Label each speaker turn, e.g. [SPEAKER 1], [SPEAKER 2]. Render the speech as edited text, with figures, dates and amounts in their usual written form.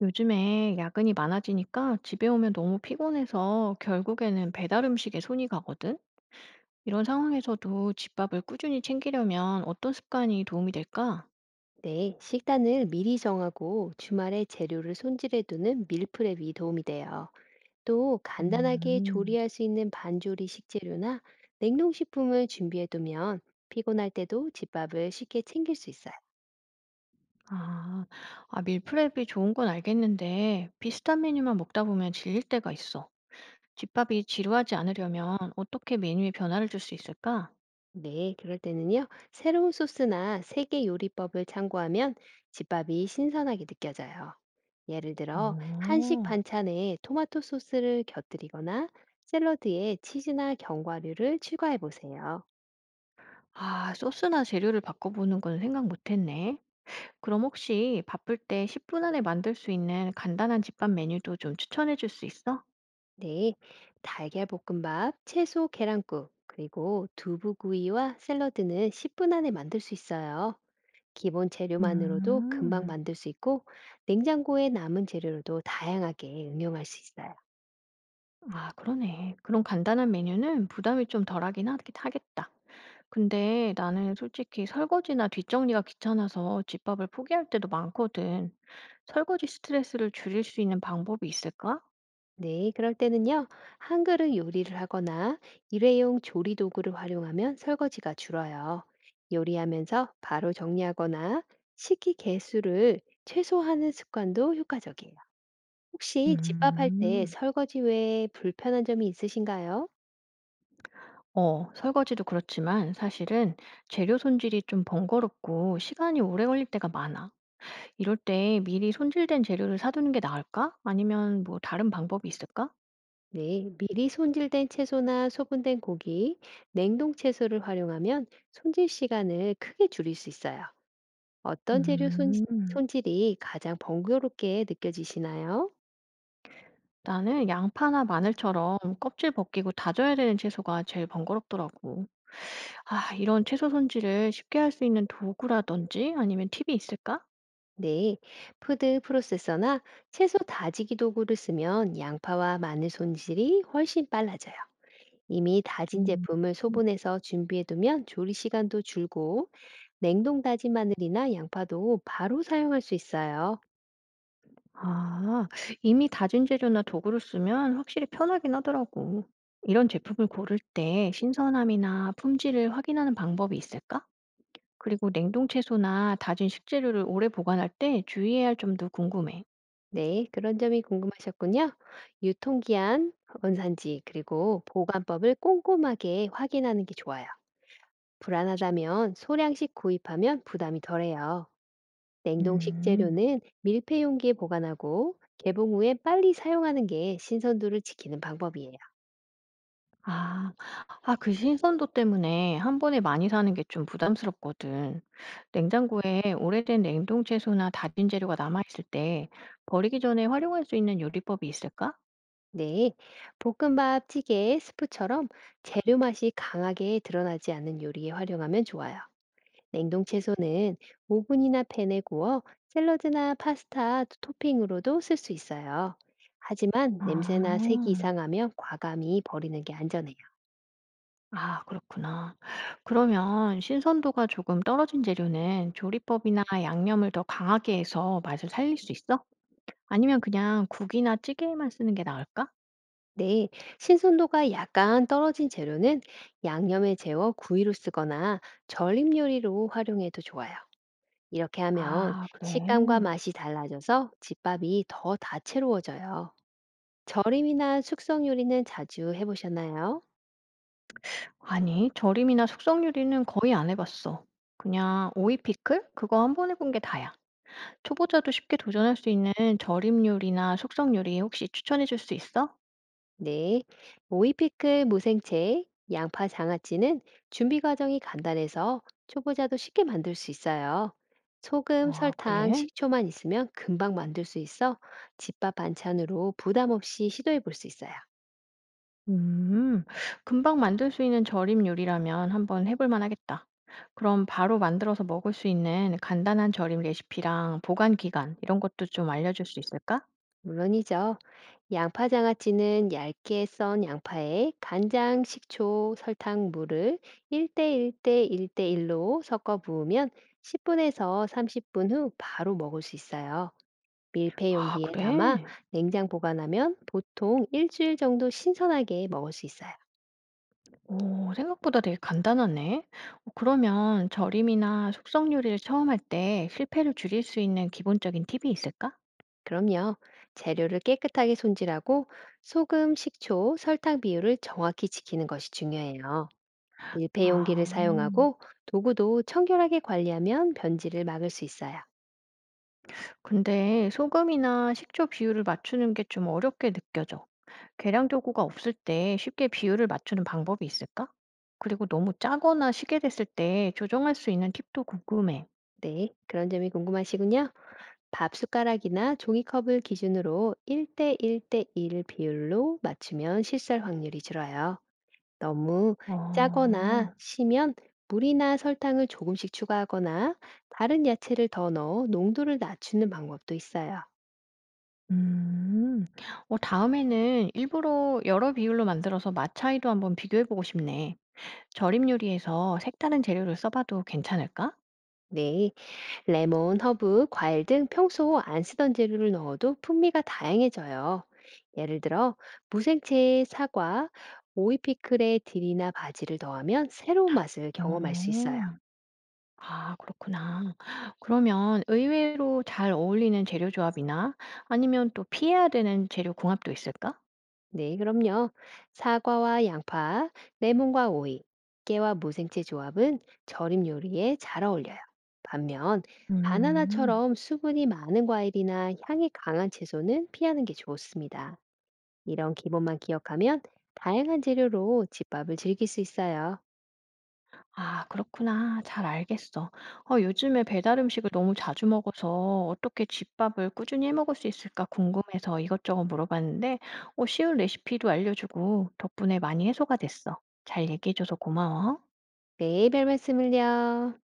[SPEAKER 1] 요즘에 야근이 많아지니까 집에 오면 너무 피곤해서 결국에는 배달 음식에 손이 가거든? 이런 상황에서도 집밥을 꾸준히 챙기려면 어떤 습관이 도움이 될까?
[SPEAKER 2] 네, 식단을 미리 정하고 주말에 재료를 손질해 두는 밀프렙이 도움이 돼요. 또 간단하게
[SPEAKER 1] 음,
[SPEAKER 2] 조리할 수 있는 반조리 식재료나 냉동식품을 준비해 두면 피곤할 때도 집밥을 쉽게 챙길 수 있어요.
[SPEAKER 1] 아, 밀프렙이 좋은 건 알겠는데 비슷한 메뉴만 먹다 보면 질릴 때가 있어. 집밥이 지루하지 않으려면 어떻게 메뉴에 변화를 줄 수 있을까?
[SPEAKER 2] 네, 그럴 때는요, 새로운 소스나 세계 요리법을 참고하면 집밥이 신선하게 느껴져요. 예를 들어, 한식
[SPEAKER 1] 어,
[SPEAKER 2] 반찬에 토마토 소스를 곁들이거나 샐러드에 치즈나 견과류를 추가해 보세요.
[SPEAKER 1] 아, 소스나 재료를 바꿔보는 건 생각 못 했네. 그럼 혹시 바쁠 때 10분 안에 만들 수 있는 간단한 집밥 메뉴도 좀 추천해 줄 수 있어?
[SPEAKER 2] 네, 달걀 볶음밥, 채소 계란국, 그리고 두부구이와 샐러드는 10분 안에 만들 수 있어요. 기본 재료만으로도 금방
[SPEAKER 1] 음,
[SPEAKER 2] 만들 수 있고, 냉장고에 남은 재료로도 다양하게 응용할 수 있어요.
[SPEAKER 1] 아, 그러네. 그런 간단한 메뉴는 부담이 좀 덜하긴 하겠다. 근데 나는 솔직히 설거지나 뒷정리가 귀찮아서 집밥을 포기할 때도 많거든. 설거지 스트레스를 줄일 수 있는 방법이 있을까?
[SPEAKER 2] 네, 그럴 때는요, 한 그릇 요리를 하거나 일회용 조리 도구를 활용하면 설거지가 줄어요. 요리하면서 바로 정리하거나 식기 개수를 최소화하는 습관도 효과적이에요. 혹시 집밥할 때
[SPEAKER 1] 음,
[SPEAKER 2] 설거지 외에 불편한 점이 있으신가요?
[SPEAKER 1] 어, 설거지도 그렇지만 사실은 재료 손질이 좀 번거롭고 시간이 오래 걸릴 때가 많아. 이럴 때 미리 손질된 재료를 사두는 게 나을까? 아니면 뭐 다른 방법이 있을까?
[SPEAKER 2] 네, 미리 손질된 채소나 소분된 고기, 냉동 채소를 활용하면 손질 시간을 크게 줄일 수 있어요. 어떤 재료 손,
[SPEAKER 1] 음,
[SPEAKER 2] 손질이 가장 번거롭게 느껴지시나요?
[SPEAKER 1] 나는 양파나 마늘처럼 껍질 벗기고 다져야 되는 채소가 제일 번거롭더라고. 아, 이런 채소 손질을 쉽게 할 수 있는 도구라든지 아니면 팁이 있을까?
[SPEAKER 2] 네, 푸드 프로세서나 채소 다지기 도구를 쓰면 양파와 마늘 손질이 훨씬 빨라져요. 이미 다진
[SPEAKER 1] 음.
[SPEAKER 2] 제품을 소분해서 준비해두면 조리 시간도 줄고 냉동 다진 마늘이나 양파도 바로 사용할 수 있어요.
[SPEAKER 1] 아, 이미 다진 재료나 도구를 쓰면 확실히 편하긴 하더라고. 이런 제품을 고를 때 신선함이나 품질을 확인하는 방법이 있을까? 그리고 냉동 채소나 다진 식재료를 오래 보관할 때 주의해야 할 점도 궁금해.
[SPEAKER 2] 네, 그런 점이 궁금하셨군요. 유통기한, 원산지, 그리고 보관법을 꼼꼼하게 확인하는 게 좋아요. 불안하다면 소량씩 구입하면 부담이 덜해요. 냉동
[SPEAKER 1] 음,
[SPEAKER 2] 식재료는 밀폐 용기에 보관하고 개봉 후에 빨리 사용하는 게 신선도를 지키는 방법이에요.
[SPEAKER 1] 아, 그 신선도 때문에 한 번에 많이 사는 게 좀 부담스럽거든. 냉장고에 오래된 냉동 채소나 다진 재료가 남아있을 때 버리기 전에 활용할 수 있는 요리법이 있을까?
[SPEAKER 2] 네, 볶음밥, 찌개, 스프처럼 재료 맛이 강하게 드러나지 않는 요리에 활용하면 좋아요. 냉동 채소는 오븐이나 팬에 구워 샐러드나 파스타 토핑으로도 쓸 수 있어요. 하지만
[SPEAKER 1] 아,
[SPEAKER 2] 냄새나 색이 이상하면 과감히 버리는 게 안전해요.
[SPEAKER 1] 아, 그렇구나. 그러면 신선도가 조금 떨어진 재료는 조리법이나 양념을 더 강하게 해서 맛을 살릴 수 있어? 아니면 그냥 국이나 찌개에만 쓰는 게 나을까?
[SPEAKER 2] 네, 신선도가 약간 떨어진 재료는 양념에 재워 구이로 쓰거나 절임 요리로 활용해도 좋아요. 이렇게 하면
[SPEAKER 1] 아, 그래.
[SPEAKER 2] 식감과 맛이 달라져서 집밥이 더 다채로워져요. 절임이나 숙성 요리는 자주 해보셨나요?
[SPEAKER 1] 아니, 절임이나 숙성 요리는 거의 안 해봤어. 그냥 오이 피클? 그거 한 번 해본 게 다야. 초보자도 쉽게 도전할 수 있는 절임 요리나 숙성 요리 혹시 추천해 줄 수 있어?
[SPEAKER 2] 네. 오이피클 무생채, 양파 장아찌는 준비 과정이 간단해서 초보자도 쉽게 만들 수 있어요. 소금,
[SPEAKER 1] 아,
[SPEAKER 2] 설탕,
[SPEAKER 1] 그래?
[SPEAKER 2] 식초만 있으면 금방 만들 수 있어 집밥 반찬으로 부담 없이 시도해 볼 수 있어요.
[SPEAKER 1] 음, 금방 만들 수 있는 절임 요리라면 한번 해볼 만하겠다. 그럼 바로 만들어서 먹을 수 있는 간단한 절임 레시피랑 보관 기간 이런 것도 좀 알려줄 수 있을까?
[SPEAKER 2] 물론이죠. 양파 장아찌는 얇게 썬 양파에 간장, 식초, 설탕, 물을 1대1대1대1로 섞어 부으면 10분에서 30분 후 바로 먹을 수 있어요. 밀폐
[SPEAKER 1] 아,
[SPEAKER 2] 용기에 담아
[SPEAKER 1] 그래?
[SPEAKER 2] 냉장 보관하면 보통 일주일 정도 신선하게 먹을 수 있어요.
[SPEAKER 1] 오, 생각보다 되게 간단하네. 어, 그러면 절임이나 숙성 요리를 처음 할 때 실패를 줄일 수 있는 기본적인 팁이 있을까?
[SPEAKER 2] 그럼요. 재료를 깨끗하게 손질하고 소금, 식초, 설탕 비율을 정확히 지키는 것이 중요해요. 밀폐용기를
[SPEAKER 1] 아,
[SPEAKER 2] 사용하고 도구도 청결하게 관리하면 변질을 막을 수 있어요.
[SPEAKER 1] 근데 소금이나 식초 비율을 맞추는 게 좀 어렵게 느껴져. 계량 도구가 없을 때 쉽게 비율을 맞추는 방법이 있을까? 그리고 너무 짜거나 시게 됐을 때 조정할 수 있는 팁도 궁금해.
[SPEAKER 2] 네, 그런 점이 궁금하시군요. 밥 숟가락이나 종이컵을 기준으로 1대1대1 비율로 맞추면 실수할 확률이 줄어요. 너무 짜거나
[SPEAKER 1] 어,
[SPEAKER 2] 시면 물이나 설탕을 조금씩 추가하거나 다른 야채를 더 넣어 농도를 낮추는 방법도 있어요.
[SPEAKER 1] 음, 어, 다음에는 일부러 여러 비율로 만들어서 맛 차이도 한번 비교해보고 싶네. 절임 요리에서 색다른 재료를 써봐도 괜찮을까?
[SPEAKER 2] 네, 레몬, 허브, 과일 등 평소 안 쓰던 재료를 넣어도 풍미가 다양해져요. 예를 들어 무생채에 사과, 오이 피클에 딜이나 바지를 더하면 새로운 맛을 경험할 수 있어요.
[SPEAKER 1] 어. 아, 그렇구나. 그러면 의외로 잘 어울리는 재료 조합이나 아니면 또 피해야 되는 재료 궁합도 있을까?
[SPEAKER 2] 네, 그럼요. 사과와 양파, 레몬과 오이, 깨와 무생채 조합은 절임 요리에 잘 어울려요. 반면
[SPEAKER 1] 음.
[SPEAKER 2] 바나나처럼 수분이 많은 과일이나 향이 강한 채소는 피하는 게 좋습니다. 이런 기본만 기억하면 다양한 재료로 집밥을 즐길 수 있어요.
[SPEAKER 1] 아, 그렇구나. 잘 알겠어. 어, 요즘에 배달 음식을 너무 자주 먹어서 어떻게 집밥을 꾸준히 해 먹을 수 있을까 궁금해서 이것저것 물어봤는데, 어, 쉬운 레시피도 알려주고 덕분에 많이 해소가 됐어. 잘 얘기해줘서 고마워.
[SPEAKER 2] 네, 별 말씀을요.